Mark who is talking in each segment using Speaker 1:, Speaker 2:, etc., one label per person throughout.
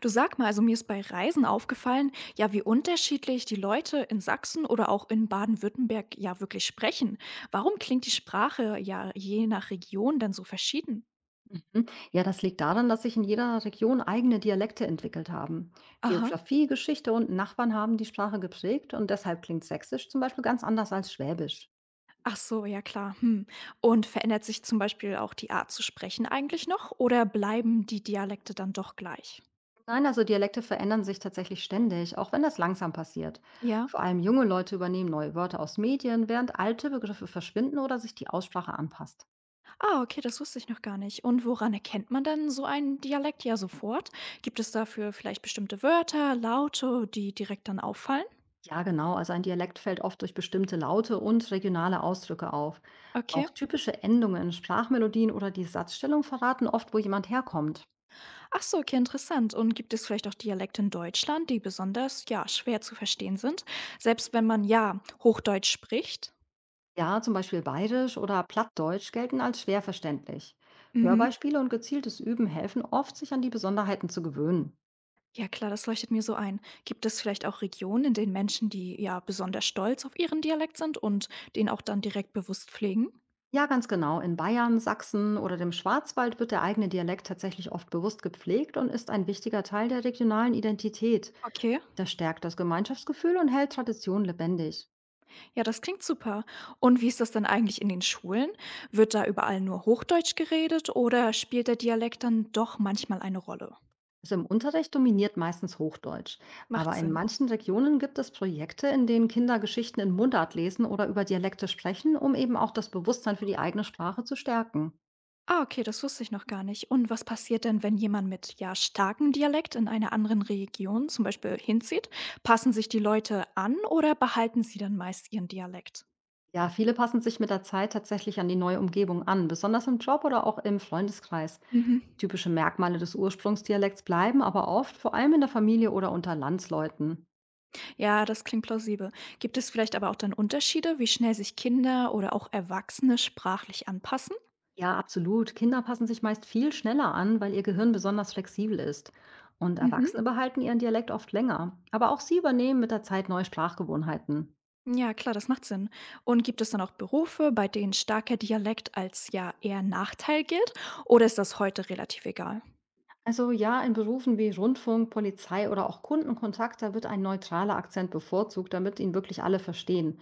Speaker 1: Du, sag mal, also mir ist bei Reisen aufgefallen, ja, wie unterschiedlich die Leute in Sachsen oder auch in Baden-Württemberg ja wirklich sprechen. Warum klingt die Sprache ja je nach Region dann so verschieden?
Speaker 2: Hm, ja, das liegt daran, dass sich in jeder Region eigene Dialekte entwickelt haben.
Speaker 1: Aha.
Speaker 2: Geografie, Geschichte und Nachbarn haben die Sprache geprägt und deshalb klingt Sächsisch zum Beispiel ganz anders als Schwäbisch.
Speaker 1: Ach so, ja klar. Hm. Und verändert sich zum Beispiel auch die Art zu sprechen eigentlich noch oder bleiben die Dialekte dann doch gleich?
Speaker 2: Nein, also Dialekte verändern sich tatsächlich ständig, auch wenn das langsam passiert.
Speaker 1: Ja.
Speaker 2: Vor allem junge Leute übernehmen neue Wörter aus Medien, während alte Begriffe verschwinden oder sich die Aussprache anpasst.
Speaker 1: Ah, okay, das wusste ich noch gar nicht. Und woran erkennt man dann so einen Dialekt ja sofort? Gibt es dafür vielleicht bestimmte Wörter, Laute, die direkt dann auffallen?
Speaker 2: Ja, genau, also ein Dialekt fällt oft durch bestimmte Laute und regionale Ausdrücke auf.
Speaker 1: Okay.
Speaker 2: Auch typische Endungen, Sprachmelodien oder die Satzstellung verraten oft, wo jemand herkommt.
Speaker 1: Ach so, okay, interessant. Und gibt es vielleicht auch Dialekte in Deutschland, die besonders, ja, schwer zu verstehen sind, selbst wenn man, ja, Hochdeutsch spricht?
Speaker 2: Ja, zum Beispiel Bayerisch oder Plattdeutsch gelten als schwer verständlich.
Speaker 1: Mhm.
Speaker 2: Hörbeispiele und gezieltes Üben helfen oft, sich an die Besonderheiten zu gewöhnen.
Speaker 1: Ja klar, das leuchtet mir so ein. Gibt es vielleicht auch Regionen, in denen Menschen, die, ja, besonders stolz auf ihren Dialekt sind und den auch dann direkt bewusst pflegen?
Speaker 2: Ja, ganz genau. In Bayern, Sachsen oder dem Schwarzwald wird der eigene Dialekt tatsächlich oft bewusst gepflegt und ist ein wichtiger Teil der regionalen Identität.
Speaker 1: Okay,
Speaker 2: Das stärkt das Gemeinschaftsgefühl und hält Tradition lebendig.
Speaker 1: ja, das klingt super. Und wie ist das denn eigentlich in den Schulen? Wird da überall nur Hochdeutsch geredet oder spielt der Dialekt dann doch manchmal eine Rolle?
Speaker 2: Also im Unterricht dominiert meistens Hochdeutsch,
Speaker 1: Macht
Speaker 2: aber in
Speaker 1: Sinn.
Speaker 2: manchen Regionen gibt es Projekte, in denen Kinder Geschichten in Mundart lesen oder über Dialekte sprechen, um eben auch das Bewusstsein für die eigene Sprache zu stärken.
Speaker 1: Ah, okay, das wusste ich noch gar nicht. Und was passiert denn, wenn jemand mit, ja, starkem Dialekt in einer anderen Region zum Beispiel hinzieht? Passen sich die Leute an oder behalten sie dann meist ihren Dialekt?
Speaker 2: Ja, viele passen sich mit der Zeit tatsächlich an die neue Umgebung an, besonders im Job oder auch im Freundeskreis.
Speaker 1: Mhm.
Speaker 2: Typische Merkmale des Ursprungsdialekts bleiben aber oft, vor allem in der Familie oder unter Landsleuten.
Speaker 1: Ja, das klingt plausibel. Gibt es vielleicht aber auch dann Unterschiede, wie schnell sich Kinder oder auch Erwachsene sprachlich anpassen?
Speaker 2: Ja, absolut. Kinder passen sich meist viel schneller an, weil ihr Gehirn besonders flexibel ist. Und
Speaker 1: Mhm.
Speaker 2: Erwachsene behalten ihren Dialekt oft länger. Aber auch sie übernehmen mit der Zeit neue Sprachgewohnheiten.
Speaker 1: Ja, klar, das macht Sinn. Und gibt es dann auch Berufe, bei denen starker Dialekt als ja eher Nachteil gilt? Oder ist das heute relativ egal?
Speaker 2: Also ja, in Berufen wie Rundfunk, Polizei oder auch Kundenkontakt, da wird ein neutraler Akzent bevorzugt, damit ihn wirklich alle verstehen.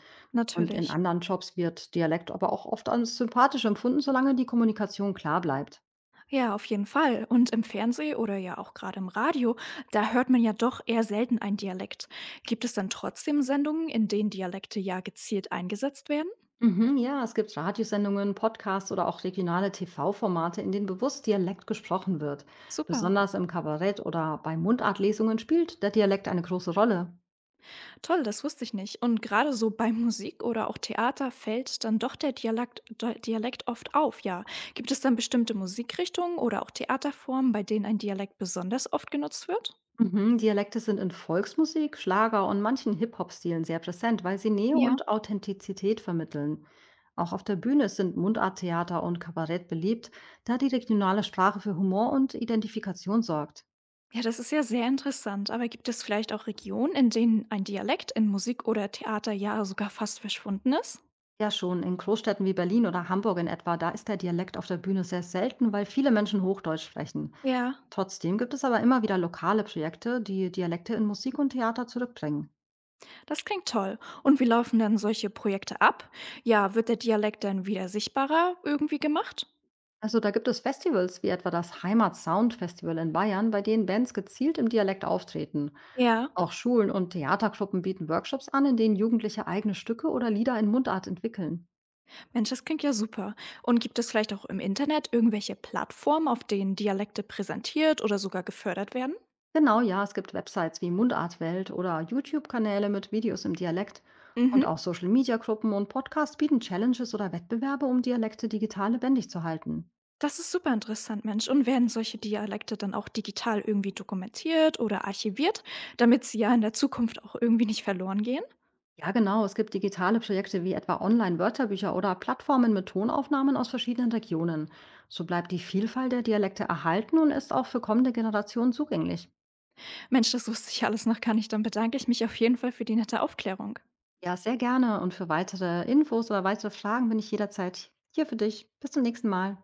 Speaker 2: Und in
Speaker 1: Natürlich.
Speaker 2: anderen Jobs wird Dialekt aber auch oft als sympathisch empfunden, solange die Kommunikation klar bleibt.
Speaker 1: Ja, auf jeden Fall. Und im Fernsehen oder ja auch gerade im Radio, da hört man ja doch eher selten einen Dialekt. Gibt es dann trotzdem Sendungen, in denen Dialekte ja gezielt eingesetzt werden?
Speaker 2: Mhm, ja, es gibt Radiosendungen, Podcasts oder auch regionale TV-Formate, in denen bewusst Dialekt gesprochen wird.
Speaker 1: Super.
Speaker 2: Besonders im Kabarett oder bei Mundartlesungen spielt der Dialekt eine große Rolle.
Speaker 1: Toll, das wusste ich nicht. Und gerade so bei Musik oder auch Theater fällt dann doch der Dialekt oft auf, ja. Gibt es dann bestimmte Musikrichtungen oder auch Theaterformen, bei denen ein Dialekt besonders oft genutzt wird?
Speaker 2: Mhm, Dialekte sind in Volksmusik, Schlager und manchen Hip-Hop-Stilen sehr präsent, weil sie Nähe
Speaker 1: Ja.
Speaker 2: und Authentizität vermitteln. Auch auf der Bühne sind Mundarttheater und Kabarett beliebt, da die regionale Sprache für Humor und Identifikation sorgt.
Speaker 1: Ja, das ist ja sehr interessant. Aber gibt es vielleicht auch Regionen, in denen ein Dialekt in Musik oder Theater ja sogar fast verschwunden ist?
Speaker 2: Ja, schon. In Großstädten wie Berlin oder Hamburg in etwa, da ist der Dialekt auf der Bühne sehr selten, weil viele Menschen Hochdeutsch sprechen.
Speaker 1: Ja,
Speaker 2: Trotzdem gibt es aber immer wieder lokale Projekte, die Dialekte in Musik und Theater zurückbringen.
Speaker 1: das klingt toll. Und wie laufen dann solche Projekte ab?
Speaker 2: Ja.
Speaker 1: Ja, wird der Dialekt dann wieder sichtbarer irgendwie gemacht?
Speaker 2: Also da gibt es Festivals wie etwa das Heimat Sound Festival in Bayern, bei denen Bands gezielt im Dialekt auftreten.
Speaker 1: Ja,
Speaker 2: Auch Schulen und Theatergruppen bieten Workshops an, in denen Jugendliche eigene Stücke oder Lieder in Mundart entwickeln.
Speaker 1: Mensch, das klingt ja super. Und gibt es vielleicht auch im Internet irgendwelche Plattformen, auf denen Dialekte präsentiert oder sogar gefördert werden?
Speaker 2: Genau, ja, es gibt Websites wie Mundartwelt oder YouTube-Kanäle mit Videos im Dialekt und auch
Speaker 1: Mhm.
Speaker 2: Social-Media-Gruppen und Podcasts bieten Challenges oder Wettbewerbe, um Dialekte digital lebendig zu halten.
Speaker 1: Das ist super interessant, Mensch. Und werden solche Dialekte dann auch digital irgendwie dokumentiert oder archiviert, damit sie ja in der Zukunft auch irgendwie nicht verloren gehen?
Speaker 2: Ja, genau, es gibt digitale Projekte wie etwa Online-Wörterbücher oder Plattformen mit Tonaufnahmen aus verschiedenen Regionen. So bleibt die Vielfalt der Dialekte erhalten und ist auch für kommende Generationen zugänglich.
Speaker 1: Mensch, das wusste ich alles noch gar nicht. Dann bedanke ich mich auf jeden Fall für die nette Aufklärung.
Speaker 2: Ja, sehr gerne und für weitere Infos oder weitere Fragen bin ich jederzeit hier für dich. Bis zum nächsten Mal.